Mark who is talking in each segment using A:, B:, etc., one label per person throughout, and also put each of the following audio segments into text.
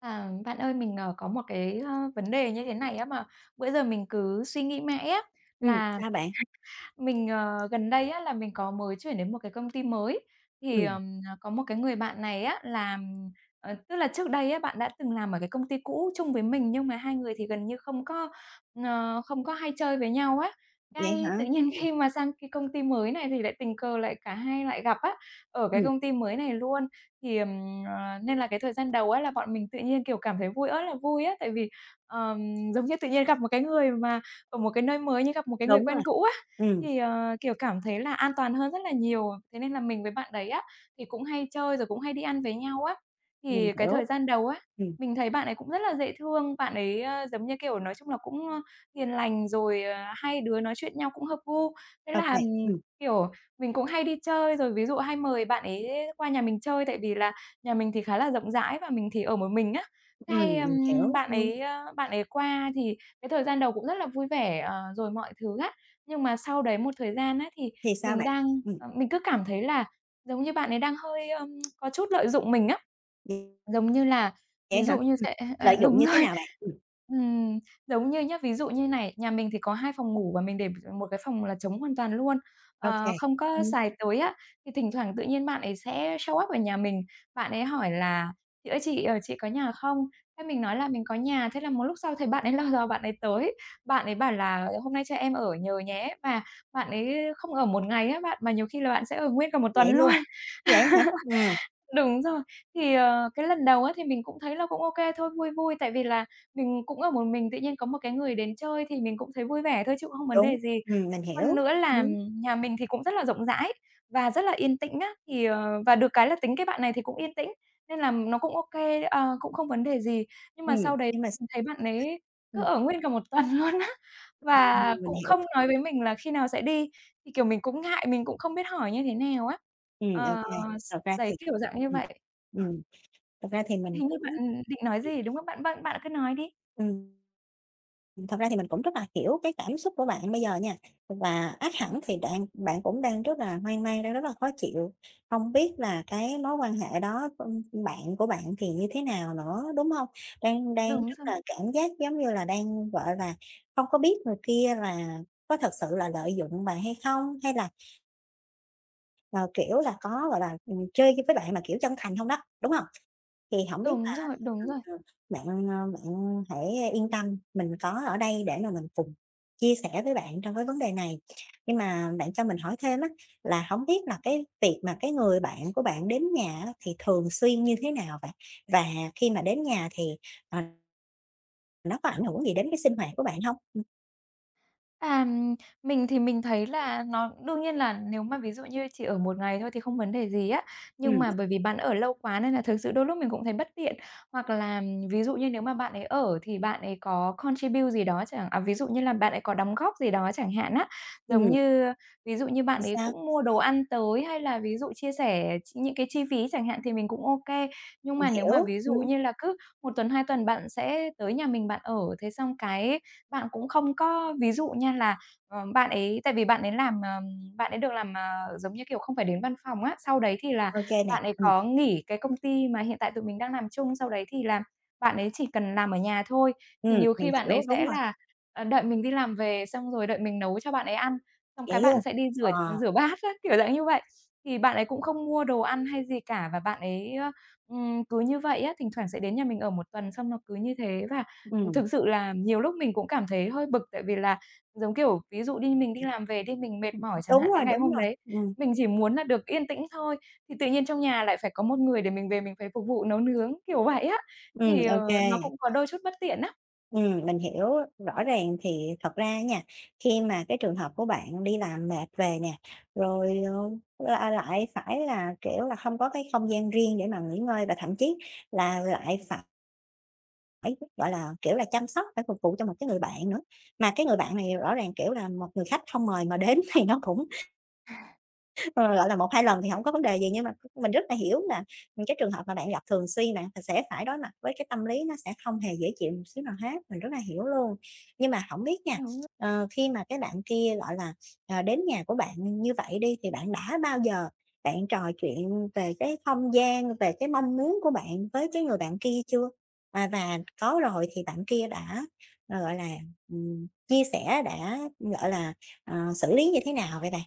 A: À, bạn ơi, mình, có một cái, vấn đề như thế này á, mà bữa giờ mình cứ suy nghĩ mãi á,
B: Ừm,
A: là
B: sao bạn?
A: mình, gần đây á là mình có mới chuyển đến một cái công ty mới, thì,
B: Ừm,
A: có một cái người bạn này á làm tức là trước đây á, bạn đã từng làm ở cái công ty cũ chung với mình, nhưng mà hai người thì gần như không có, không có hay chơi với nhau á.
B: vậy
A: Cái
B: hả?
A: tự nhiên khi mà sang cái công ty mới này thì lại tình cờ lại cả hai lại gặp á, ở cái
B: Ừm,
A: công ty mới này luôn. Thì, nên là cái thời gian đầu á là bọn mình tự nhiên, kiểu, cảm thấy vui ơi là vui á, tại vì, ờm, giống như tự nhiên gặp một cái người mà ở một cái nơi mới như gặp một cái người
B: đúng rồi,
A: quen cũ á.
B: ừm,
A: Thì, kiểu, cảm thấy là an toàn hơn rất là nhiều, thế nên là mình với bạn đấy á, thì cũng hay chơi rồi cũng hay đi ăn với nhau á.
B: mình
A: Thì cái
B: hiểu,
A: thời gian đầu á,
B: ừm,
A: mình thấy bạn ấy cũng rất là dễ thương, bạn ấy, giống như, kiểu, nói chung là cũng, hiền lành rồi, hai đứa nói chuyện nhau cũng hợp gu. Thế
B: ô
A: là,
B: kê, ừm,
A: kiểu, mình cũng hay đi chơi rồi ví dụ hay mời bạn ấy qua nhà mình chơi, tại vì là nhà mình thì khá là rộng rãi và mình thì ở một mình á. Thế hay,
B: mình hiểu,
A: bạn ấy, bạn ấy qua thì cái thời gian đầu cũng rất là vui vẻ, rồi mọi thứ á. Nhưng mà sau đấy một thời gian á, thì
B: thì sao
A: mình
B: bạn?
A: đang
B: Ừm,
A: mình cứ cảm thấy là giống như bạn ấy đang hơi, có chút lợi dụng mình á. Giống như là
B: vậy
A: ví
B: hả?
A: dụ như sẽ ờ,
B: Lợi dụng
A: đúng
B: như thế
A: rồi.
B: nào bạn?
A: Ừm, giống như nhá, ví dụ như này, nhà mình thì có 2 phòng ngủ và mình để một cái phòng là trống hoàn toàn luôn,
B: Ô kê,
A: không có
B: ừm,
A: xài tới á. Thì thỉnh thoảng tự nhiên bạn ấy sẽ show up ở nhà mình, bạn ấy hỏi là "Chị ơi chị, chị có nhà không?" Thế mình nói là "Mình có nhà." Thế là một lúc sau thấy bạn ấy lò đò bạn ấy tới, bạn ấy bảo là "Hôm nay cho em ở nhờ nhé." Và bạn ấy không ở một ngày á bạn, mà nhiều khi là bạn sẽ ở nguyên cả một
B: vậy
A: tuần
B: luôn,
A: luôn.
B: vậy hả?
A: Đúng rồi. Thì, cái lần đầu á thì mình cũng thấy là cũng ô kê thôi, vui vui, tại vì là mình cũng ở một mình, tự nhiên có một cái người đến chơi thì mình cũng thấy vui vẻ thôi chứ cũng không vấn
B: Đúng,
A: đề gì.
B: mình
A: Hơn
B: hiểu,
A: nữa là
B: ừm,
A: nhà mình thì cũng rất là rộng rãi và rất là yên tĩnh á, thì, và được cái là tính cái bạn này thì cũng yên tĩnh, nên là nó cũng ô kê, cũng không vấn đề gì. Nhưng mà
B: ừm,
A: sau đấy
B: nhưng mà s
A: mình thấy bạn ấy cứ
B: ừm,
A: ở nguyên cả một tuần luôn á, và
B: mình
A: cũng
B: hiểu,
A: không nói với mình là khi nào sẽ đi, thì, kiểu, mình cũng ngại, mình cũng không biết hỏi như thế nào á.
B: ô
A: Ờ,
B: kê,
A: s
B: thật ra thì
A: đấy, kiểu dạng như
B: ừm,
A: vậy. Ờ.
B: ừm, thật ra thì mình
A: Hình như
B: cũng
A: bạn định nói
B: ừm,
A: gì, đúng không? Bạn bạn bạn cứ nói đi.
B: ừm. Thật ra thì mình cũng rất là hiểu cái cảm xúc của bạn bây giờ nha, và ác hẳn
A: Ừm,
B: thì bạn bạn cũng đang rất là hoang mang, đang rất là khó chịu, không biết là cái mối quan hệ đó, bạn của bạn thì như thế nào nữa, đúng không? Đang đang
A: đúng
B: rất
A: rồi,
B: là cảm giác giống như là đang, gọi là, không có biết người kia là có thật sự là lợi dụng bạn hay không, hay là, ờ, kiểu là, có, gọi là, chơi với bạn mà kiểu chân thành không đó, đúng không? Thì không biết.
A: đúng rồi, đúng
B: Ờ,
A: rồi.
B: ờ, bạn hãy yên tâm, mình có ở đây để mà mình cùng chia sẻ với bạn trong cái vấn đề này. Nhưng mà bạn cho mình hỏi thêm á, là không biết là cái việc mà cái người bạn của bạn đến nhà á, thì thường xuyên như thế nào vậy? Và khi mà đến nhà thì, ờ, nó có ảnh hưởng gì đến cái sinh hoạt của bạn không?
A: À, mình thì mình thấy là nó đương nhiên là nếu mà ví dụ như chỉ ở một ngày thôi thì không vấn đề gì á, nhưng
B: Ừm, ừm,
A: mà bởi vì bạn ở lâu quá nên là thực sự đôi lúc mình cũng thấy bất tiện. Hoặc là ví dụ như nếu mà bạn ấy ở thì bạn ấy có contribute gì đó chẳng à, ví dụ như là bạn ấy có đóng góp gì đó chẳng hạn á. Giống
B: ừm,
A: như ví dụ như
B: thì
A: bạn ấy
B: sao?
A: cũng mua đồ ăn tới hay là ví dụ chia sẻ ch những cái chi phí chẳng hạn thì mình cũng ok. Nhưng
B: Mình
A: mà nếu mà
B: hiểu,
A: ví dụ như là cứ một tuần, 2 tuần bạn sẽ tới nhà mình bạn ở, thế xong cái bạn cũng không có ví dụ nha là, bạn ấy tại vì bạn ấy làm, bạn ấy được làm, giống như kiểu, không phải đến văn phòng á, sau đấy thì là
B: ô nè,
A: bạn ấy có nghỉ cái công ty mà hiện tại tụi mình đang làm chung, sau đấy thì là bạn ấy chỉ cần làm ở nhà thôi. Thì nhiều
B: mình
A: khi bạn ấy
B: hiểu, đúng
A: sẽ
B: rồi,
A: là, đợi mình đi làm về xong rồi đợi mình nấu cho bạn ấy ăn, xong
B: vậy
A: cái bạn
B: luôn.
A: sẽ đi rửa
B: Ờ,
A: rửa bát á, kiểu dạng như vậy. Thì bạn ấy cũng không mua đồ ăn hay gì cả và bạn ấy, cứ như vậy á, thỉnh thoảng sẽ đến nhà mình ở một tuần xong nó cứ như thế và
B: ừm,
A: thực sự là nhiều lúc mình cũng cảm thấy hơi bực, tại vì là, giống kiểu, ví dụ đi mình đi làm về đi, mình mệt mỏi chẳng hạn, cái ngày
B: đúng
A: hôm
B: rồi,
A: đấy
B: ừm,
A: mình chỉ muốn là được yên tĩnh thôi, thì tự nhiên trong nhà lại phải có một người để mình về mình phải phục vụ nấu nướng, kiểu vậy á, thì,
B: ô,
A: nó cũng có đôi chút bất tiện á.
B: ừm, mình hiểu. Rõ ràng thì thật ra nha, khi mà cái trường hợp của bạn đi làm mệt về nè, rồi, là lại phải là, kiểu là, không có cái không gian riêng để mà nghỉ ngơi và thậm chí là lại phải, gọi là, kiểu là, chăm sóc, phải phục vụ cho một cái người bạn nữa. Mà cái người bạn này rõ ràng, kiểu là, một người khách không mời mà đến thì nó cũng. Ờ, gọi là, một hai lần thì hổng có vấn đề gì, nhưng mà mình rất là hiểu là, cái trường hợp mà bạn gặp thường xuyên bạn sẽ phải đối mặt với cái tâm lý nó sẽ không hề dễ chịu một xíu nào hết, mình rất là hiểu luôn. Nhưng mà hổng biết nha,
A: Đúng.
B: khi mà cái bạn kia, gọi là, đến nhà của bạn như vậy đi, thì bạn đã bao giờ bạn trò chuyện về cái không gian, về cái mong muốn của bạn với cái người bạn kia chưa? À, và có rồi thì bạn kia đã, gọi là, chia sẻ, đã, gọi là, xử lý như thế nào vậy bạn?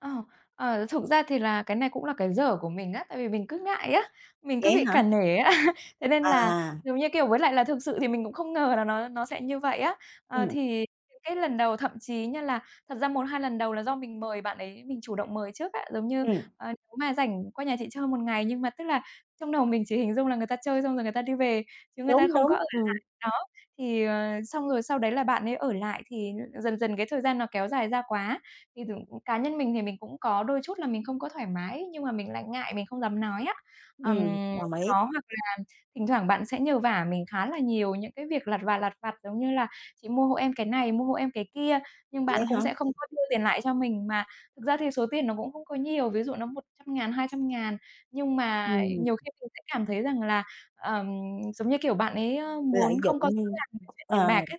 A: Ờ, thực ra thì là cái này cũng là cái dở của mình á, tại vì mình cứ ngại á, mình
B: Vậy
A: cứ bị
B: á hả?
A: cả nể á. Thế nên
B: Ờ.
A: là, giống như kiểu, với lại là thực sự thì mình cũng không ngờ là nó sẽ như vậy á. Ờ,
B: Ừm,
A: thì cái lần đầu thậm chí như là thật ra một 2 lần đầu là do mình mời bạn ấy mình chủ động mời trước á, giống như,
B: ừm,
A: nếu mà rảnh qua nhà chị chơi một ngày, nhưng mà tức là trong đầu mình chỉ hình dung là người ta chơi xong rồi người ta đi về, chứ người ta
B: đúng,
A: không có
B: đúng,
A: ở lại. Đó, thì, xong rồi sau đấy là bạn ấy ở lại thì dần dần cái thời gian nó kéo dài ra quá thì thực cá nhân mình thì mình cũng có đôi chút là mình không có thoải mái, nhưng mà mình lại ngại, mình không dám nói á. Ừm,
B: đồng ý.
A: đó, hoặc là thỉnh thoảng bạn sẽ nhờ vả mình khá là nhiều những cái việc lặt vặt, giống như là "Chị mua hộ em cái này, mua hộ em cái kia", nhưng
B: Vậy
A: bạn cũng
B: hả?
A: sẽ không có đưa tiền lại cho mình. Mà thực ra thì số tiền nó cũng không có nhiều, ví dụ nó một trăm ngàn hai trăm ngàn nhưng mà
B: Ừm,
A: nhiều khi mình sẽ cảm thấy rằng là, ờm, giống như kiểu, bạn ấy,
B: lợi
A: muốn
B: dụng,
A: không có rõ ràng về chuyện tiền
B: ờ.
A: bạc ấy,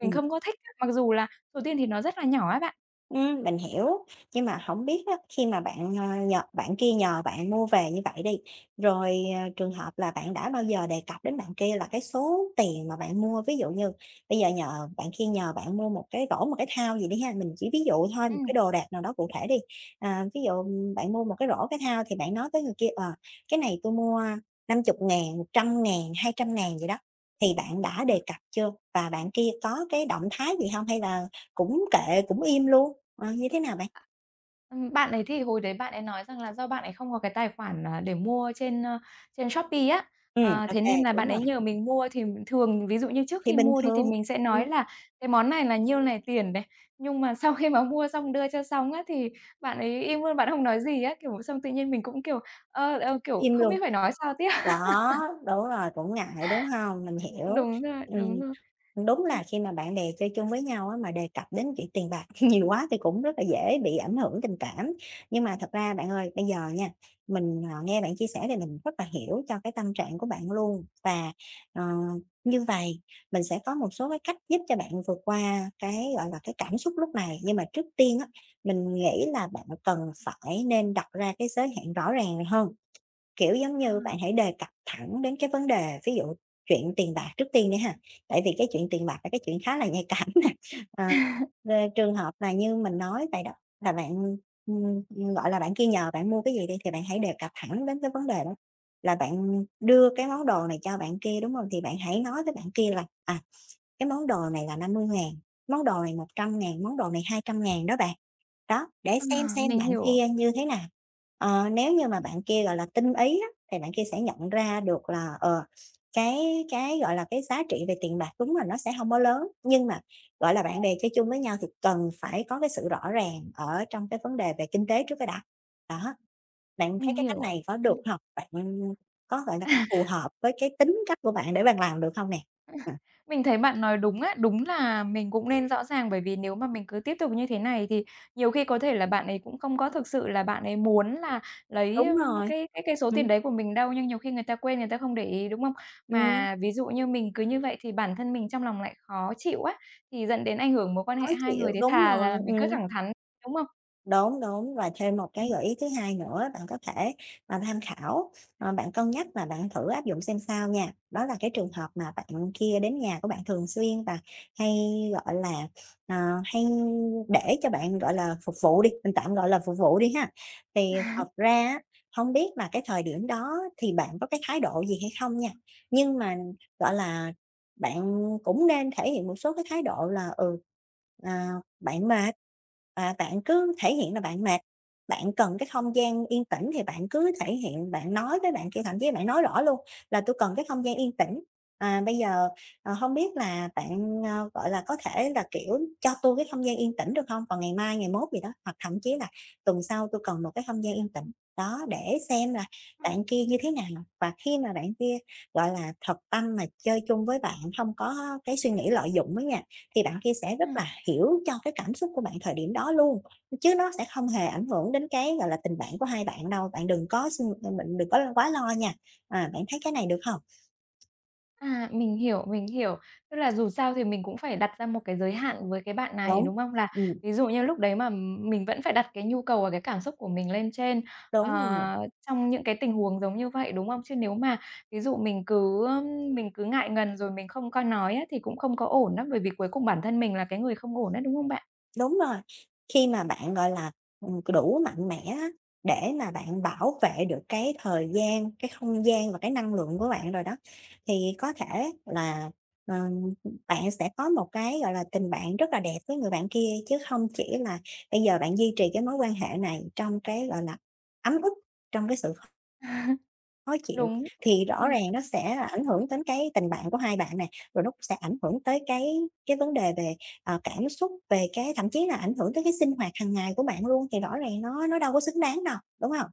A: mình
B: Ừm.
A: không có thích mặc dù là số tiền thì nó rất là nhỏ á bạn.
B: Mình hiểu, nhưng mà không biết á, khi mà bạn, nhờ bạn kia nhờ bạn mua về như vậy đi, rồi, trường hợp là bạn đã bao giờ đề cập đến bạn kia là cái số tiền mà bạn mua, ví dụ như bây giờ nhờ bạn kia nhờ bạn mua một cái rổ, một cái thao gì đi ha, mình chỉ ví dụ thôi, một cái
A: Ừm.
B: đồ đạc nào đó cụ thể đi. À, ví dụ bạn mua một cái rổ, cái thao thì bạn nói với người kia, "Cái này tôi mua 50.000 100.000 200.000 gì đó", thì bạn đã
A: Ừm,
B: đề cập chưa? Và bạn kia có cái động thái gì không? Hay là cũng kệ, cũng im luôn. Ờ, như thế nào bạn?
A: à, bạn ấy thì hồi đấy bạn ấy nói rằng là do bạn ấy không có cái tài khoản, để mua trên, trên Shopee á,
B: Ô
A: thế
B: kê,
A: nên là
B: đúng
A: bạn
B: rồi,
A: ấy nhờ mình mua thì thường ví dụ như trước
B: thì
A: khi
B: bình
A: mua đi thì
B: thường,
A: mình sẽ
B: ừm,
A: nói là cái món này là nhiêu này tiền này, nhưng mà sau khi mà mua xong đưa cho xong á, thì bạn ấy im luôn, bạn không nói gì á, kiểu, xong tự nhiên mình cũng, kiểu, kiểu,
B: im
A: không
B: luôn.
A: biết phải nói sao tiếp.
B: Đó, đúng rồi, cũng ngại, đúng hông? Mình hiểu.
A: Đúng rồi, đúng
B: Ừm.
A: rồi.
B: Đúng
A: Ừm,
B: là khi mà bạn bè chơi chung với nhau á, mà đề cập đến chuyện tiền bạc nhiều quá thì cũng rất là dễ
A: ừm.
B: bị ảnh hưởng tình cảm. Nhưng mà thật ra bạn ơi, bây giờ nha, mình, nghe bạn chia sẻ thì mình rất là hiểu cho cái tâm trạng của bạn luôn. Và, ờ, như vậy mình sẽ có một số cái cách giúp cho bạn vượt qua cái, gọi là, cái cảm xúc lúc này. Nhưng mà trước tiên á, mình nghĩ là bạn cần phải nên đặt ra cái giới hạn rõ ràng hơn. Kiểu, giống
A: Ờ,
B: như, bạn hãy đề cập thẳng đến cái vấn đề, ví dụ chuyện tiền bạc trước tiên đi ha, tại vì cái chuyện tiền bạc là cái chuyện khá là nhạy cảm nè. Ờ, về trường hợp mà như mình nói vậy đó, là bạn, ừm, gọi là, bạn kia nhờ bạn mua cái gì đi thì bạn hãy đề cập thẳng đến cái vấn đề đó, là bạn đưa cái món đồ này cho bạn kia, đúng không? Thì bạn hãy nói với bạn kia là "À, cái món đồ này là 50.000, món đồ này 100.000, món đồ này 200.000 đó bạn." Đó, để
A: ờ,
B: xem
A: mình
B: bạn
A: hiểu,
B: kia như thế nào. Nếu như mà bạn kia, gọi là, tinh ý á, thì bạn kia sẽ nhận ra được là, cái, gọi là, cái giá trị về tiền bạc đúng là nó sẽ hông có lớn, nhưng mà, gọi là, bạn bè chơi chung với nhau thì cần phải có cái sự rõ ràng ở trong cái vấn đề về kinh tế trước cái đã. Đó, bạn thấy
A: mình
B: cái cách
A: hiểu.
B: này có được hông? Bạn có, gọi là, có
A: Ừm.
B: phù hợp với cái tính cách của bạn để bạn làm được hông nè? Ừm.
A: Mình thấy bạn nói đúng á, đúng là mình cũng nên rõ ràng, bởi vì nếu mà mình cứ tiếp tục như thế này thì nhiều khi có thể là bạn ấy cũng không có thực sự là bạn ấy muốn là lấy,
B: Đúng rồi,
A: cái số
B: ừm,
A: tiền đấy của mình đâu, nhưng nhiều khi người ta quên, người ta không để ý, đúng không?
B: ừm,
A: Mà ví dụ như mình cứ như vậy thì bản thân mình trong lòng lại khó chịu á, thì dẫn đến ảnh hưởng mối quan
B: khó
A: hệ hai người,
B: chịu,
A: thế
B: đúng
A: thà
B: rồi,
A: là mình cứ
B: ừm.
A: thẳng thắn, đúng không?
B: Đúng, đúng, và thêm một cái gợi ý thứ hai nữa bạn có thể, tham khảo, bạn cân nhắc và bạn thử áp dụng xem sao nha. Đó là cái trường hợp mà bạn kia đến nhà của bạn thường xuyên và hay, gọi là, ờ, hay để cho bạn, gọi là, phục vụ đi, mình tạm gọi là phục vụ đi ha. Thì thật ra á, hông biết là cái thời điểm đó thì bạn có cái thái độ gì hay không nha, nhưng mà, gọi là, bạn cũng nên thể hiện một số cái thái độ là, ờ bạn mệt, và bạn cứ thể hiện là bạn mệt, bạn cần cái không gian yên tĩnh thì bạn cứ thể hiện, bạn nói với bạn kia, thậm chí bạn nói rõ luôn là tôi cần cái không gian yên tĩnh, bây giờ, hông biết là bạn, gọi là, có thể là, kiểu, cho tôi cái không gian yên tĩnh được không? Vào ngày mai, ngày mốt" gì đó, hoặc thậm chí là "Tuần sau tôi cần một cái không gian yên tĩnh." Đó, để xem là bạn kia như thế nào và khi mà bạn kia, gọi là, thật tâm mà chơi chung với bạn, không có cái suy nghĩ lợi dụng với nha thì bạn kia sẽ rất
A: Ừm.
B: là hiểu cho cái cảm xúc của bạn thời điểm đó luôn, chứ nó sẽ không hề ảnh hưởng đến cái, gọi là, tình bạn của hai bạn đâu, bạn đừng có suy mình đừng có quá lo nha. À, bạn thấy cái này được không?
A: À, mình hiểu, mình hiểu. Tức là dù sao thì mình cũng phải đặt ra một cái giới hạn với cái bạn này,
B: Đúng,
A: đúng không? Là
B: ừm,
A: ví dụ như lúc đấy mà mình vẫn phải đặt cái nhu cầu và cái cảm xúc của mình lên trên, ờ,
B: đúng.
A: trong những cái tình huống giống như vậy, đúng không? Chứ nếu mà ví dụ mình cứ ngại ngần rồi mình không có nói á, thì cũng không có ổn á, bởi vì cuối cùng bản thân mình là cái người không ổn á, đúng không bạn?
B: Đúng rồi, khi mà bạn, gọi là, đủ mạnh mẽ á, để mà bạn bảo vệ được cái thời gian, cái không gian và cái năng lượng của bạn rồi đó, thì có thể là, ờm, bạn sẽ có một cái, gọi là, tình bạn rất là đẹp với người bạn kia, chứ không chỉ là bây giờ bạn duy trì cái mối quan hệ này trong cái, gọi là, ấm ức, trong cái sự khó chịu,
A: Đúng.
B: thì rõ
A: Ừm.
B: ràng nó sẽ là ảnh hưởng đến cái tình bạn của hai bạn nè, rồi nó cũng sẽ ảnh hưởng tới cái vấn đề về, cảm xúc, về cái thậm chí là ảnh hưởng tới cái sinh hoạt hàng ngày của bạn luôn, thì rõ ràng nó đâu có xứng đáng đâu, đúng không?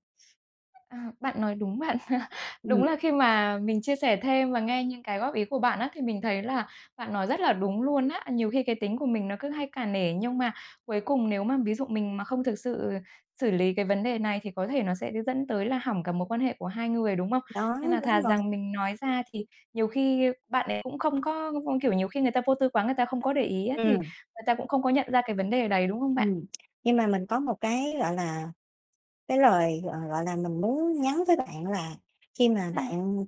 A: À, bạn nói đúng bạn. Đúng
B: Ừm,
A: là khi mà mình chia sẻ thêm và nghe những cái góp ý của bạn á, thì mình thấy là bạn nói rất là đúng luôn á. Nhiều khi cái tính của mình nó cứ hay cả nể, nhưng mà cuối cùng nếu mà ví dụ mình mà không thực sự xử lý cái vấn đề này thì có thể nó sẽ dẫn tới là hỏng cả mối quan hệ của hai người, đúng không?
B: đó,
A: Nên là
B: đúng
A: thà
B: rồi,
A: rằng mình nói ra thì nhiều khi bạn ấy cũng không có không kiểu, nhiều khi người ta vô tư quá, người ta không có để ý á, thì
B: ừm,
A: người ta cũng không có nhận ra cái vấn đề đấy, đúng không bạn?
B: ừm. Nhưng mà mình có một cái, gọi là. Cái lời, gọi là, mình muốn nhắn với bạn là khi mà
A: À,
B: bạn,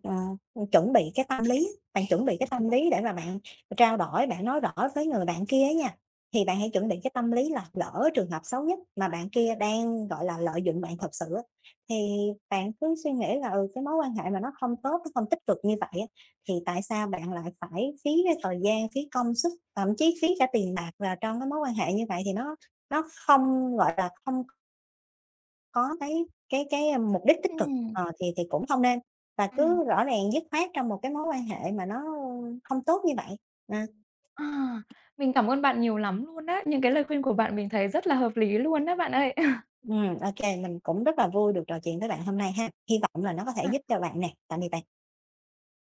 B: chuẩn bị cái tâm lý, bạn chuẩn bị cái tâm lý để mà bạn trao đổi, bạn nói rõ với người bạn kia á nha, thì bạn hãy chuẩn bị cái tâm lý là lỡ trường hợp xấu nhất mà bạn kia đang, gọi là, lợi dụng bạn thật sự á, thì bạn cứ suy nghĩ là, ừ, cái mối quan hệ mà nó không tốt, nó không tích cực như vậy á, thì tại sao bạn lại phải phí cái thời gian, phí công sức, thậm chí phí cả tiền bạc vào trong cái mối quan hệ như vậy thì nó không, gọi là, không có cái mục đích tích cực,
A: ừm,
B: thì cũng không nên, và
A: ừm.
B: cứ rõ ràng dứt khoát trong một cái mối quan hệ mà nó không tốt như vậy. À,
A: À, mình cảm ơn bạn nhiều lắm luôn á. Những cái lời khuyên của bạn mình thấy rất là hợp lý luôn á bạn ơi.
B: ô kê, mình cũng rất là vui được trò chuyện với bạn hôm nay ha. Hy vọng là nó có thể giúp cho bạn nè. Tạm biệt bạn.